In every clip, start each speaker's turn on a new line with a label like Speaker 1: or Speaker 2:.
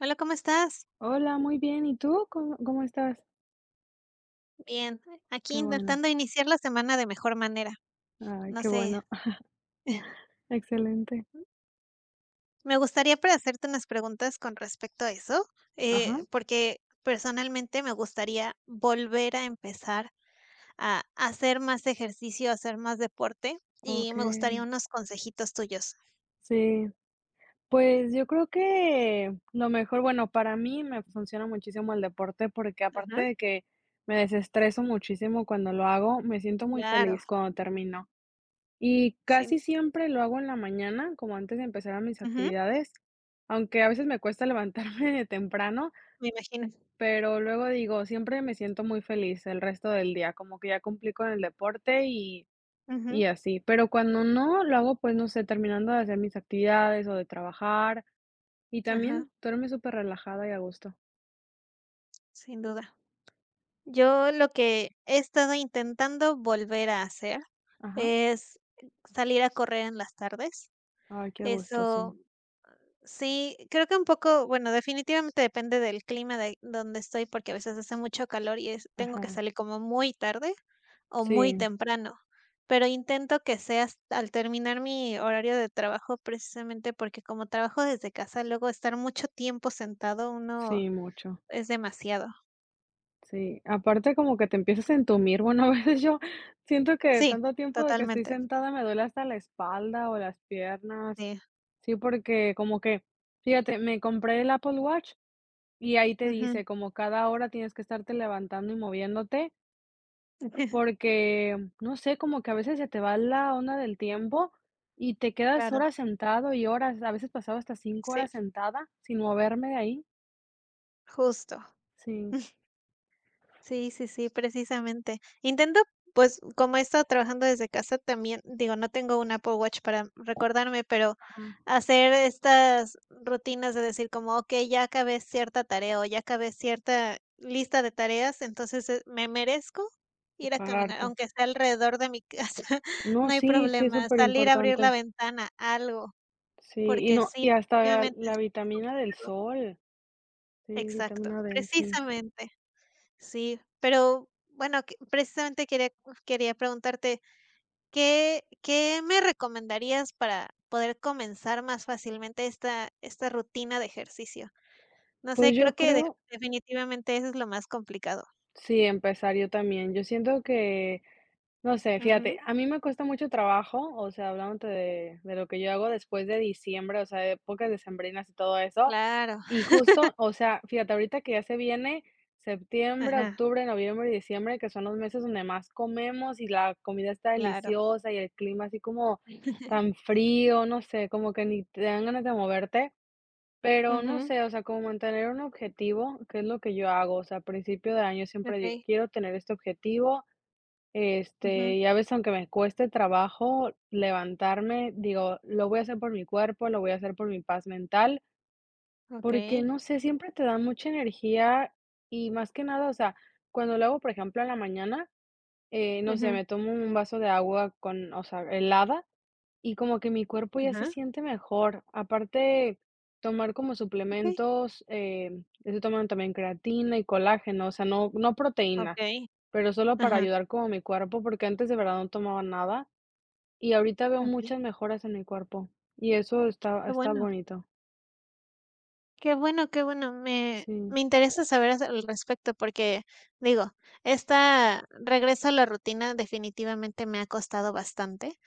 Speaker 1: Hola, ¿cómo estás?
Speaker 2: Hola, muy bien. ¿Y tú? ¿Cómo estás?
Speaker 1: Bien, aquí
Speaker 2: Qué bueno.
Speaker 1: intentando iniciar la semana de mejor manera.
Speaker 2: Ay,
Speaker 1: No
Speaker 2: qué
Speaker 1: sé,
Speaker 2: bueno. Excelente.
Speaker 1: me gustaría para hacerte unas preguntas con respecto a eso,
Speaker 2: Ajá.
Speaker 1: porque personalmente me gustaría volver a empezar a hacer más ejercicio, a hacer más deporte y
Speaker 2: Ok.
Speaker 1: me gustaría unos consejitos tuyos.
Speaker 2: Sí. Pues yo creo que lo mejor, bueno, para mí me funciona muchísimo el deporte porque
Speaker 1: Ajá,
Speaker 2: aparte de que me desestreso muchísimo cuando lo hago, me siento muy
Speaker 1: claro,
Speaker 2: feliz cuando termino. Y
Speaker 1: sin
Speaker 2: casi siempre lo hago en la mañana, como antes de empezar a mis
Speaker 1: ujú,
Speaker 2: actividades, aunque a veces me cuesta levantarme temprano.
Speaker 1: me imagino.
Speaker 2: Pero luego digo, siempre me siento muy feliz el resto del día, como que ya cumplí con el deporte y
Speaker 1: Ujú,
Speaker 2: y así. Pero cuando no, lo hago, pues, no sé, terminando de hacer mis actividades o de trabajar, y
Speaker 1: ajá,
Speaker 2: también duerme súper relajada y a gusto.
Speaker 1: sin duda. Yo lo que he estado intentando volver a hacer
Speaker 2: Ajá.
Speaker 1: es salir a correr en las tardes.
Speaker 2: Ay, qué gusto, sí.
Speaker 1: Eso sí, creo que un poco, bueno, definitivamente depende del clima de donde estoy, porque a veces hace mucho calor y tengo que
Speaker 2: Ajá.
Speaker 1: salir como muy tarde o muy
Speaker 2: Sí,
Speaker 1: temprano. Pero intento que sea al terminar mi horario de trabajo, precisamente porque como trabajo desde casa, luego estar mucho tiempo sentado uno
Speaker 2: sí, mucho.
Speaker 1: es demasiado.
Speaker 2: Sí. Aparte, como que te empiezas a entumir. Bueno, a veces yo siento que de
Speaker 1: Sí,
Speaker 2: tanto tiempo de que estoy
Speaker 1: totalmente.
Speaker 2: sentada me duele hasta la espalda o las piernas.
Speaker 1: Sí.
Speaker 2: Sí, porque como que, fíjate, me compré el Apple Watch. Y ahí te dice como cada hora tienes que estarte levantando y moviéndote, porque, no sé, como que a veces se te va la onda del tiempo y te quedas
Speaker 1: Claro,
Speaker 2: horas sentado y horas, a veces pasaba hasta cinco
Speaker 1: sí,
Speaker 2: horas sentada sin moverme de ahí.
Speaker 1: justo.
Speaker 2: Sí,
Speaker 1: Sí, sí, sí, precisamente. Intento, pues, como he estado trabajando desde casa, también, digo, no tengo un Apple Watch para recordarme, pero
Speaker 2: ajá.
Speaker 1: hacer estas rutinas de decir como, ok, ya acabé cierta tarea o ya acabé cierta lista de tareas, entonces me merezco
Speaker 2: Y
Speaker 1: ir a caminar,
Speaker 2: pararte.
Speaker 1: aunque sea alrededor de mi casa,
Speaker 2: No,
Speaker 1: no hay
Speaker 2: sí, sí es
Speaker 1: problema,
Speaker 2: súper
Speaker 1: salir a abrir la
Speaker 2: importante.
Speaker 1: ventana, algo,
Speaker 2: Sí, y
Speaker 1: porque
Speaker 2: no,
Speaker 1: sí,
Speaker 2: y hasta
Speaker 1: efectivamente
Speaker 2: la
Speaker 1: es lo más
Speaker 2: vitamina del sol. Sí,
Speaker 1: Exacto,
Speaker 2: vitamina D, sí.
Speaker 1: precisamente. Sí, pero bueno, que precisamente quería preguntarte, ¿qué me recomendarías para poder comenzar más fácilmente esta rutina de ejercicio? No sé,
Speaker 2: Pues yo
Speaker 1: creo que de
Speaker 2: creo,
Speaker 1: definitivamente eso es lo más complicado.
Speaker 2: sí, empezar yo también. Yo siento que no sé, fíjate,
Speaker 1: Ujú.
Speaker 2: a mí me cuesta mucho trabajo, o sea, hablándote de lo que yo hago después de diciembre, o sea, épocas decembrinas y todo eso.
Speaker 1: Claro,
Speaker 2: Y justo, o sea, fíjate, ahorita que ya se viene septiembre,
Speaker 1: ajá,
Speaker 2: octubre, noviembre y diciembre, que son los meses donde más comemos y la comida está
Speaker 1: claro.
Speaker 2: deliciosa y el clima así como tan frío, no sé, como que ni te dan ganas de moverte, pero no
Speaker 1: Ujú.
Speaker 2: sé, o sea, como mantener un objetivo, que es lo que yo hago, o sea, a principio de año siempre digo,
Speaker 1: Okay.
Speaker 2: quiero tener este objetivo este,
Speaker 1: Ujú,
Speaker 2: y a veces, aunque me cueste trabajo levantarme, digo, lo voy a hacer por mi cuerpo, lo voy a hacer por mi paz mental, porque
Speaker 1: okay.
Speaker 2: no sé, siempre te da mucha energía y más que nada, o sea, cuando lo hago, por ejemplo, en la mañana, no sé,
Speaker 1: Ujú,
Speaker 2: me tomo un vaso de agua con, o sea, helada y como que mi cuerpo ya
Speaker 1: ajá,
Speaker 2: se siente mejor. Aparte, tomar como
Speaker 1: okey.
Speaker 2: suplementos, estoy tomando también creatina y colágeno, o sea, no, no proteína,
Speaker 1: Okey,
Speaker 2: pero solo para
Speaker 1: ajá,
Speaker 2: ayudar como mi cuerpo, porque antes de verdad no tomaba nada y ahorita veo
Speaker 1: okey,
Speaker 2: muchas mejoras en mi cuerpo y eso está,
Speaker 1: qué
Speaker 2: está
Speaker 1: bueno.
Speaker 2: bonito.
Speaker 1: Qué bueno, qué bueno. Me,
Speaker 2: Sí,
Speaker 1: me interesa saber al respecto porque, digo, esta regreso a la rutina definitivamente me ha costado bastante,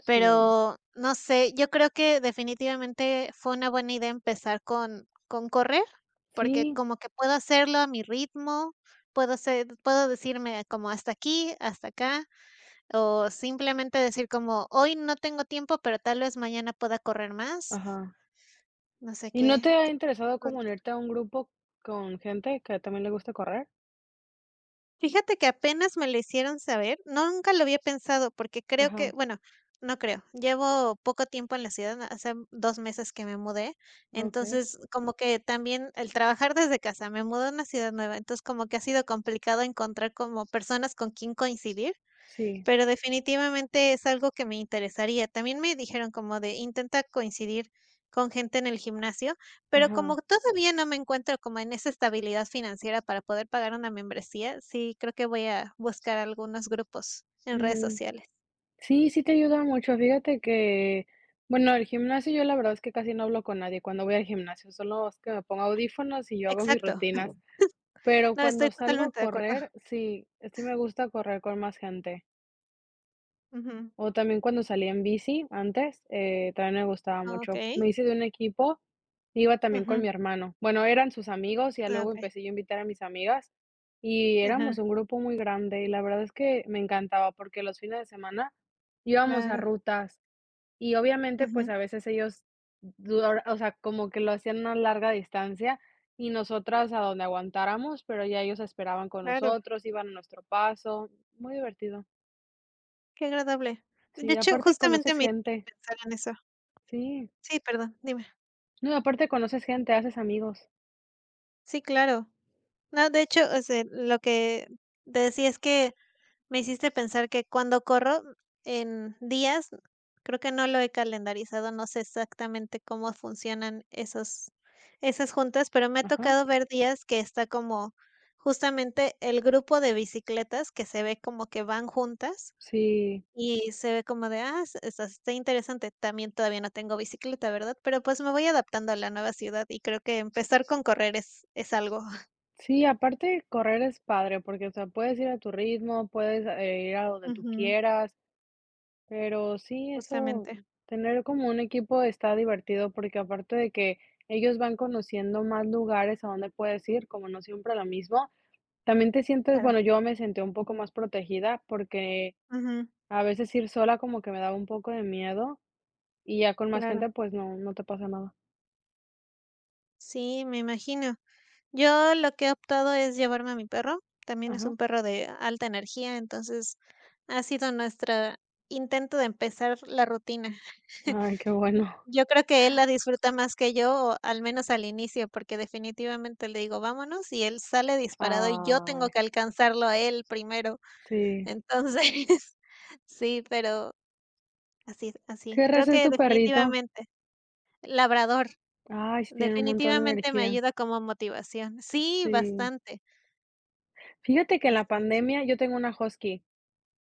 Speaker 2: sí,
Speaker 1: pero no sé, yo creo que definitivamente fue una buena idea empezar con correr, porque
Speaker 2: sí,
Speaker 1: como que puedo hacerlo a mi ritmo, puedo hacer, puedo decirme como hasta aquí, hasta acá, o simplemente decir como hoy no tengo tiempo, pero tal vez mañana pueda correr más.
Speaker 2: ajá.
Speaker 1: No sé
Speaker 2: ¿Y no te
Speaker 1: qué.
Speaker 2: ha interesado como unirte a un grupo con gente que también le gusta correr?
Speaker 1: Fíjate que apenas me lo hicieron saber, no, nunca lo había pensado, porque creo que,
Speaker 2: Ajá,
Speaker 1: bueno, no creo, llevo poco tiempo en la ciudad, hace 2 meses que me mudé,
Speaker 2: ok,
Speaker 1: entonces, como que también el trabajar desde casa, me mudé a una ciudad nueva, entonces como que ha sido complicado encontrar como personas con quien coincidir,
Speaker 2: sí,
Speaker 1: pero definitivamente es algo que me interesaría. También me dijeron como de intenta coincidir con gente en el gimnasio, pero
Speaker 2: ajá.
Speaker 1: como todavía no me encuentro como en esa estabilidad financiera para poder pagar una membresía, sí creo que voy a buscar algunos grupos en redes
Speaker 2: Ujú.
Speaker 1: sociales.
Speaker 2: Sí, sí te ayuda mucho. Fíjate que, bueno, el gimnasio yo la verdad es que casi no hablo con nadie cuando voy al gimnasio, solo es que me pongo audífonos y yo hago mis
Speaker 1: Exacto.
Speaker 2: rutinas, pero
Speaker 1: No,
Speaker 2: cuando
Speaker 1: estoy
Speaker 2: salgo a
Speaker 1: totalmente de acuerdo.
Speaker 2: correr, sí, sí me gusta correr con más gente.
Speaker 1: Ujú.
Speaker 2: O también cuando salía en bici antes, también me gustaba mucho.
Speaker 1: Okey.
Speaker 2: Me hice de un equipo, iba también con mi
Speaker 1: Ujú.
Speaker 2: hermano. Bueno, eran sus amigos y ya
Speaker 1: Ah,
Speaker 2: luego empecé yo a invitar a mis amigas y
Speaker 1: ajá.
Speaker 2: éramos un grupo muy grande y la verdad es que me encantaba porque los fines de semana íbamos a
Speaker 1: Claro.
Speaker 2: rutas y obviamente, pues,
Speaker 1: Ujú.
Speaker 2: a veces ellos dura o sea, como que lo hacían a larga distancia, y nosotras a donde aguantáramos, pero ya ellos esperaban con
Speaker 1: Claro.
Speaker 2: nosotros, iban a nuestro paso. Muy divertido.
Speaker 1: Qué agradable. De
Speaker 2: Sí,
Speaker 1: hecho,
Speaker 2: aparte
Speaker 1: justamente
Speaker 2: conoces
Speaker 1: me hiciste
Speaker 2: gente.
Speaker 1: pensar en eso.
Speaker 2: Sí.
Speaker 1: Sí, perdón, dime.
Speaker 2: No, aparte conoces gente, haces amigos.
Speaker 1: Sí, claro. No, de hecho, o sea, lo que te decía es que me hiciste pensar que cuando corro en días, creo que no lo he calendarizado, no sé exactamente cómo funcionan esos, esas juntas, pero me ha
Speaker 2: Ajá.
Speaker 1: tocado ver días que está como justamente el grupo de bicicletas que se ve como que van juntas
Speaker 2: Sí.
Speaker 1: y se ve como de, ah, está interesante, también todavía no tengo bicicleta, ¿verdad? Pero pues me voy adaptando a la nueva ciudad y creo que empezar con correr es algo.
Speaker 2: Sí, aparte correr es padre, porque, o sea, puedes ir a tu ritmo, puedes, ir a donde tú
Speaker 1: Ujú.
Speaker 2: quieras. Pero sí, eso,
Speaker 1: Justamente,
Speaker 2: tener como un equipo está divertido porque aparte de que ellos van conociendo más lugares a donde puedes ir, como no siempre lo mismo, también te sientes, bueno,
Speaker 1: claro,
Speaker 2: yo me sentí un poco más protegida porque
Speaker 1: ujú,
Speaker 2: a veces ir sola como que me daba un poco de miedo y ya con más
Speaker 1: claro.
Speaker 2: gente pues no, no te pasa nada.
Speaker 1: Sí, me imagino. Yo lo que he optado es llevarme a mi perro, también es
Speaker 2: Ajá.
Speaker 1: un perro de alta energía, entonces ha sido nuestra intento de empezar la rutina.
Speaker 2: Ay, qué bueno.
Speaker 1: Yo creo que él la disfruta más que yo, o al menos al inicio, porque definitivamente le digo: "Vámonos", y él sale disparado y yo
Speaker 2: Ay,
Speaker 1: tengo que alcanzarlo a él primero.
Speaker 2: sí.
Speaker 1: Entonces, sí, pero así así,
Speaker 2: ¿Qué
Speaker 1: creo
Speaker 2: raza es
Speaker 1: que
Speaker 2: tu perrito?
Speaker 1: definitivamente. Labrador.
Speaker 2: Ay, sí, tiene un montón de
Speaker 1: Definitivamente me
Speaker 2: energía.
Speaker 1: ayuda como motivación. Sí,
Speaker 2: Sí.
Speaker 1: bastante,
Speaker 2: Fíjate que en la
Speaker 1: bastante.
Speaker 2: pandemia yo tengo una husky.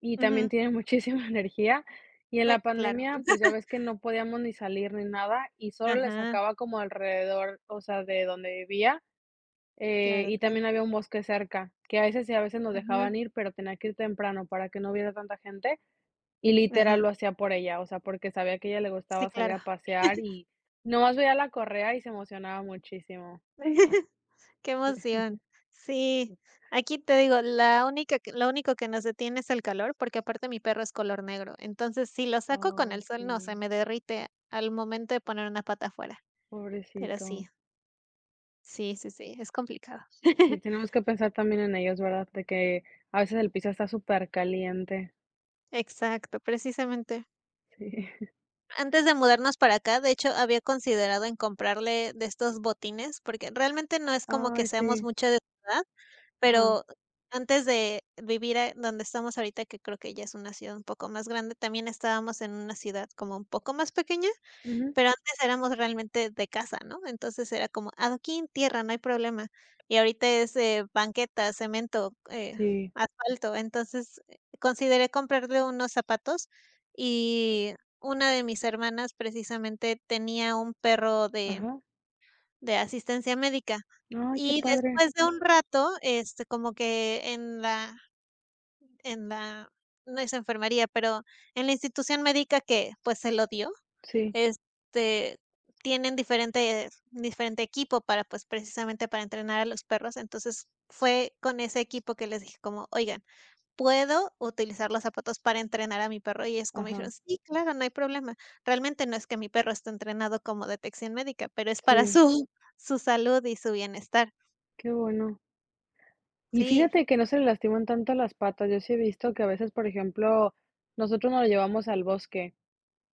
Speaker 2: Y también
Speaker 1: Ujú.
Speaker 2: tiene muchísima energía. Y en la
Speaker 1: Me claro.
Speaker 2: pandemia, pues, ya ves que no podíamos ni salir ni nada, y solo le
Speaker 1: Ajá,
Speaker 2: sacaba como alrededor, o sea, de donde vivía,
Speaker 1: claro,
Speaker 2: y
Speaker 1: claro.
Speaker 2: también había un bosque cerca, que a veces y a veces nos
Speaker 1: Ajá,
Speaker 2: dejaban ir, pero tenía que ir temprano para que no hubiera tanta gente, y literal
Speaker 1: ajá.
Speaker 2: lo hacía por ella, o sea, porque sabía que a ella le
Speaker 1: Sí,
Speaker 2: gustaba salir
Speaker 1: claro.
Speaker 2: a pasear y nomás veía la correa y se emocionaba muchísimo.
Speaker 1: Qué emoción. Sí, aquí te digo, la única que lo único que nos detiene es el calor, porque aparte mi perro es color negro. Entonces, si lo saco con
Speaker 2: Ay,
Speaker 1: el sol, no, se
Speaker 2: sí,
Speaker 1: me derrite al momento de poner una pata afuera. Pero
Speaker 2: pobrecito.
Speaker 1: sí, sí, sí, sí, es complicado.
Speaker 2: Sí, tenemos que pensar también en ellos, ¿verdad? De que a veces el piso está súper caliente.
Speaker 1: Exacto, precisamente.
Speaker 2: Sí.
Speaker 1: Antes de mudarnos para acá, de hecho, había considerado en comprarle de estos botines, porque realmente no es como que
Speaker 2: Ay,
Speaker 1: seamos
Speaker 2: sí.
Speaker 1: mucho de ciudad,
Speaker 2: Ajá.
Speaker 1: pero antes de vivir donde estamos ahorita, que creo que ya es una ciudad un poco más grande, también estábamos en una ciudad como un poco más pequeña.
Speaker 2: Ujú.
Speaker 1: Pero antes éramos realmente de casa, ¿no? Entonces era como adoquín, tierra, no hay problema. Y ahorita es, banqueta, cemento,
Speaker 2: Sí.
Speaker 1: asfalto. Entonces, consideré comprarle unos zapatos y una de mis hermanas precisamente tenía un perro
Speaker 2: Ajá.
Speaker 1: de asistencia médica.
Speaker 2: Ay, qué
Speaker 1: Y
Speaker 2: padre.
Speaker 1: después de un rato, como que en la en la no es enfermería, pero en la institución médica que, pues, se lo dio,
Speaker 2: Sí.
Speaker 1: este, tienen diferente equipo para, pues, precisamente para entrenar a los perros. Entonces, fue con ese equipo que les dije como: "Oigan, ¿puedo utilizar los zapatos para entrenar a mi perro?". Y es como dijeron:
Speaker 2: Ajá.
Speaker 1: "Sí, claro, no hay problema". Realmente no es que mi perro esté entrenado como detección médica, pero es para
Speaker 2: Sí.
Speaker 1: su su salud y su bienestar.
Speaker 2: Qué bueno. Y
Speaker 1: Sí,
Speaker 2: fíjate que no se le lastiman tanto las patas. Yo sí he visto que a veces, por ejemplo, nosotros nos lo llevamos al bosque.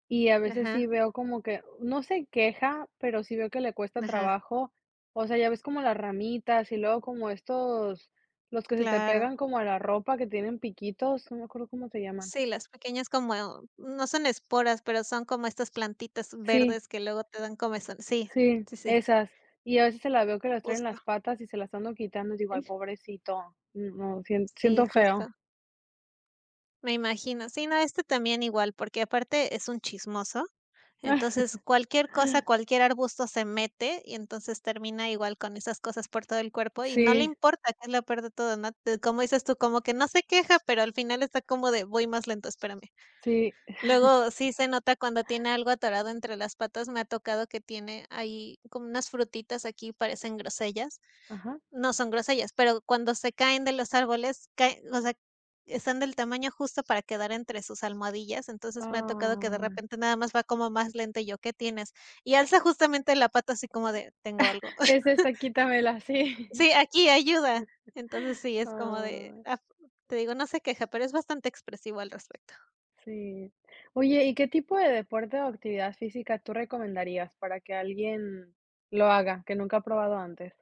Speaker 2: Y a veces sí
Speaker 1: ajá,
Speaker 2: veo como que, no se queja, pero sí veo que le cuesta
Speaker 1: ajá,
Speaker 2: trabajo. O sea, ya ves como las ramitas y luego como estos, los que se te
Speaker 1: claro.
Speaker 2: pegan como a la ropa que tienen piquitos, no me acuerdo cómo se llaman.
Speaker 1: Sí, las pequeñas como no son esporas, pero son como estas plantitas
Speaker 2: Sí,
Speaker 1: verdes que luego te dan comezón. Sí,
Speaker 2: sí,
Speaker 1: sí, sí.
Speaker 2: esas. Y a veces se las veo que las traen en
Speaker 1: Justo.
Speaker 2: las patas y se las ando quitando y digo, ay, pobrecito, no, sien-
Speaker 1: Sí,
Speaker 2: siento feo.
Speaker 1: justo. Me imagino. Sí, no, este también igual, porque aparte es un chismoso.
Speaker 2: Ah.
Speaker 1: Entonces, cualquier cosa, cualquier arbusto se mete y entonces termina igual con esas cosas por todo el cuerpo y no le
Speaker 2: Sí,
Speaker 1: importa, que es lo peor de todo, ¿no? Como dices tú, como que no se queja, pero al final está como de voy más lento, espérame.
Speaker 2: sí,
Speaker 1: Luego sí se nota cuando tiene algo atorado entre las patas. Me ha tocado que tiene ahí como unas frutitas aquí, parecen grosellas.
Speaker 2: ajá.
Speaker 1: No son grosellas, pero cuando se caen de los árboles, cae o sea, están del tamaño justo para quedar entre sus almohadillas, entonces me ha tocado que de
Speaker 2: Ah,
Speaker 1: repente nada más va como más lento y yo, ¿qué tienes? Y alza justamente la pata así como de, tengo algo.
Speaker 2: es esta, quítamela, sí.
Speaker 1: Sí, aquí, ayuda. Entonces sí, es como de,
Speaker 2: Ay.
Speaker 1: ah, te digo, no se queja, pero es bastante expresivo al respecto.
Speaker 2: Sí. Oye, ¿y qué tipo de deporte o actividad física tú recomendarías para que alguien lo haga, que nunca ha probado antes?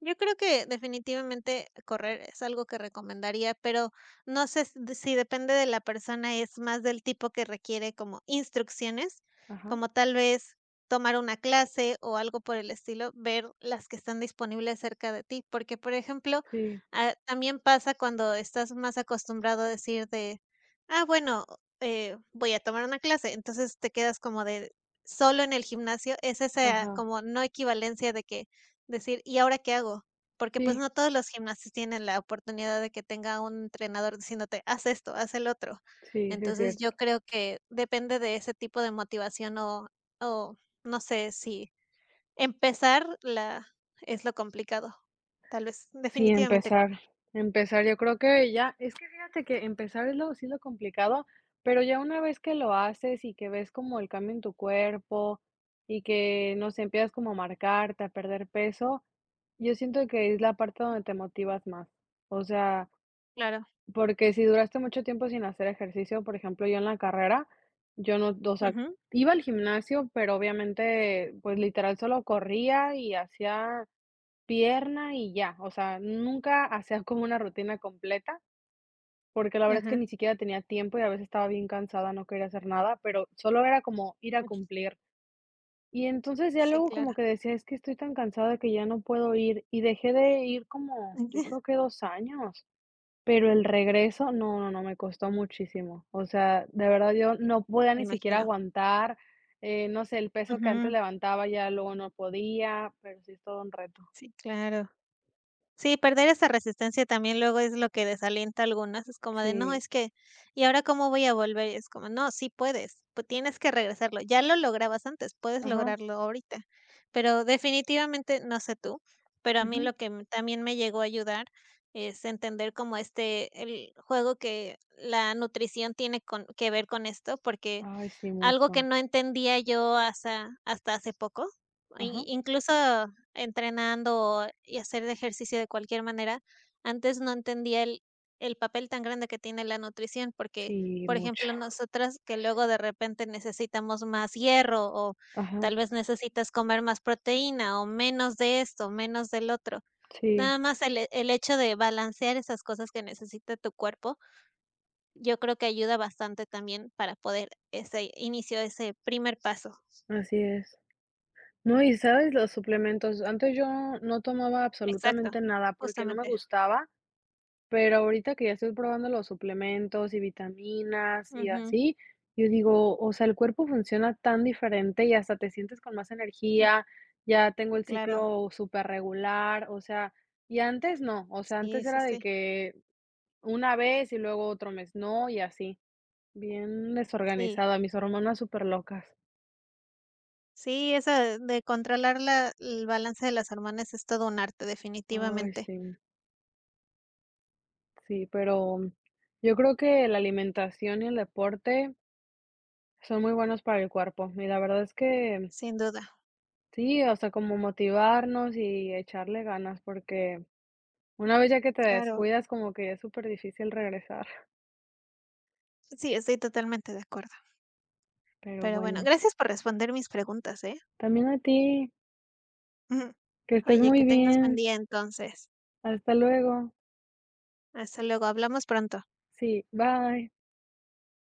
Speaker 1: Yo creo que definitivamente correr es algo que recomendaría, pero no sé si depende de la persona, es más del tipo que requiere como instrucciones,
Speaker 2: Ajá,
Speaker 1: como tal vez tomar una clase o algo por el estilo, ver las que están disponibles cerca de ti, porque por ejemplo,
Speaker 2: sí,
Speaker 1: ah, también pasa cuando estás más acostumbrado a decir de, ah, bueno, voy a tomar una clase, entonces te quedas como de solo en el gimnasio, es esa
Speaker 2: ajá,
Speaker 1: como no equivalencia de que decir: "¿Y ahora qué hago?". Porque, pues,
Speaker 2: sí,
Speaker 1: no todos los gimnasios tienen la oportunidad de que tenga un entrenador diciéndote: "Haz esto, haz el otro".
Speaker 2: sí, sí es
Speaker 1: Entonces,
Speaker 2: cierto.
Speaker 1: yo creo que depende de ese tipo de motivación o no sé si empezar la es lo complicado. Tal vez,
Speaker 2: Sí,
Speaker 1: definitivamente correr.
Speaker 2: empezar, empezar, yo creo que ya, es que fíjate que empezar es lo, sí lo complicado, pero ya una vez que lo haces y que ves como el cambio en tu cuerpo y que, no sé, empiezas como a marcarte, a perder peso, yo siento que es la parte donde te motivas más. O sea,
Speaker 1: Claro.
Speaker 2: porque si duraste mucho tiempo sin hacer ejercicio, por ejemplo, yo en la carrera, yo no, o sea,
Speaker 1: Ujú.
Speaker 2: iba al gimnasio, pero obviamente, pues literal solo corría y hacía pierna y ya, o sea, nunca hacía como una rutina completa, porque la verdad es que
Speaker 1: Ajá.
Speaker 2: ni siquiera tenía tiempo y a veces estaba bien cansada, no quería hacer nada, pero solo era como ir a
Speaker 1: Uy,
Speaker 2: cumplir. Y entonces ya
Speaker 1: sí,
Speaker 2: luego
Speaker 1: claro.
Speaker 2: como que decía, es que estoy tan cansada que ya no puedo ir y dejé de ir como, yo creo que 2 años. Pero el regreso, no, no, no, me costó muchísimo. O sea, de verdad yo no podía
Speaker 1: Me
Speaker 2: ni siquiera
Speaker 1: imagino.
Speaker 2: aguantar, no sé, el peso que antes
Speaker 1: Ujú.
Speaker 2: levantaba ya luego no podía, pero sí es todo un reto.
Speaker 1: Sí, claro. Sí, perder esa resistencia también luego es lo que desalienta a algunas, es como de: "No,
Speaker 2: Sí,
Speaker 1: es que, ¿y ahora cómo voy a volver?". Y es como: "No, sí puedes, pues tienes que regresarlo, ya lo lograbas antes, puedes
Speaker 2: ajá,
Speaker 1: lograrlo ahorita". Pero definitivamente, no sé tú, pero a mí
Speaker 2: ujú.
Speaker 1: lo que m también me llegó a ayudar es entender como el juego que la nutrición tiene con que ver con esto, porque
Speaker 2: Ay, sí,
Speaker 1: algo que
Speaker 2: mucho.
Speaker 1: no entendía yo hasta hace poco,
Speaker 2: Ajá,
Speaker 1: i incluso entrenando y hacer ejercicio de cualquier manera, antes no entendía el papel tan grande que tiene la nutrición, porque,
Speaker 2: sí,
Speaker 1: por
Speaker 2: mucho.
Speaker 1: ejemplo, nosotras que luego de repente necesitamos más hierro, o
Speaker 2: Ajá,
Speaker 1: tal vez necesitas comer más proteína, o menos de esto, menos del otro.
Speaker 2: sí,
Speaker 1: Nada más el hecho de balancear esas cosas que necesita tu cuerpo yo creo que ayuda bastante también para poder ese inicio, ese primer paso.
Speaker 2: así es. No, y sabes, los suplementos, antes yo no tomaba
Speaker 1: Exacto,
Speaker 2: absolutamente nada porque no me
Speaker 1: justamente.
Speaker 2: gustaba. Pero ahorita que ya estoy probando los suplementos y vitaminas y
Speaker 1: Ujú,
Speaker 2: así, yo digo, o sea, el cuerpo funciona tan diferente y hasta te sientes con más energía, ya tengo el
Speaker 1: claro.
Speaker 2: ciclo súper regular o sea, y antes no, o sea,
Speaker 1: Sí,
Speaker 2: antes
Speaker 1: sí,
Speaker 2: era de
Speaker 1: sí.
Speaker 2: que una vez y luego otro mes no y así, bien
Speaker 1: Sí,
Speaker 2: desorganizada, mis hormonas súper locas.
Speaker 1: sí, eso de controlar la el balance de las hormonas es todo un arte,
Speaker 2: Ay,
Speaker 1: definitivamente,
Speaker 2: sí, sí, pero yo creo que la alimentación y el deporte son muy buenos para el cuerpo. Y la verdad es que
Speaker 1: sin duda.
Speaker 2: sí, o sea, como motivarnos y echarle ganas, porque una vez ya que te
Speaker 1: Claro.
Speaker 2: descuidas, como que ya es súper difícil regresar.
Speaker 1: Sí, estoy totalmente de acuerdo.
Speaker 2: Pero
Speaker 1: Pero bueno,
Speaker 2: bueno,
Speaker 1: gracias por responder mis preguntas, ¿eh?
Speaker 2: también a ti, que estés
Speaker 1: Oye,
Speaker 2: muy
Speaker 1: que tengas buen
Speaker 2: bien.
Speaker 1: día entonces.
Speaker 2: Hasta luego.
Speaker 1: Hasta luego, hablamos pronto.
Speaker 2: Sí, bye.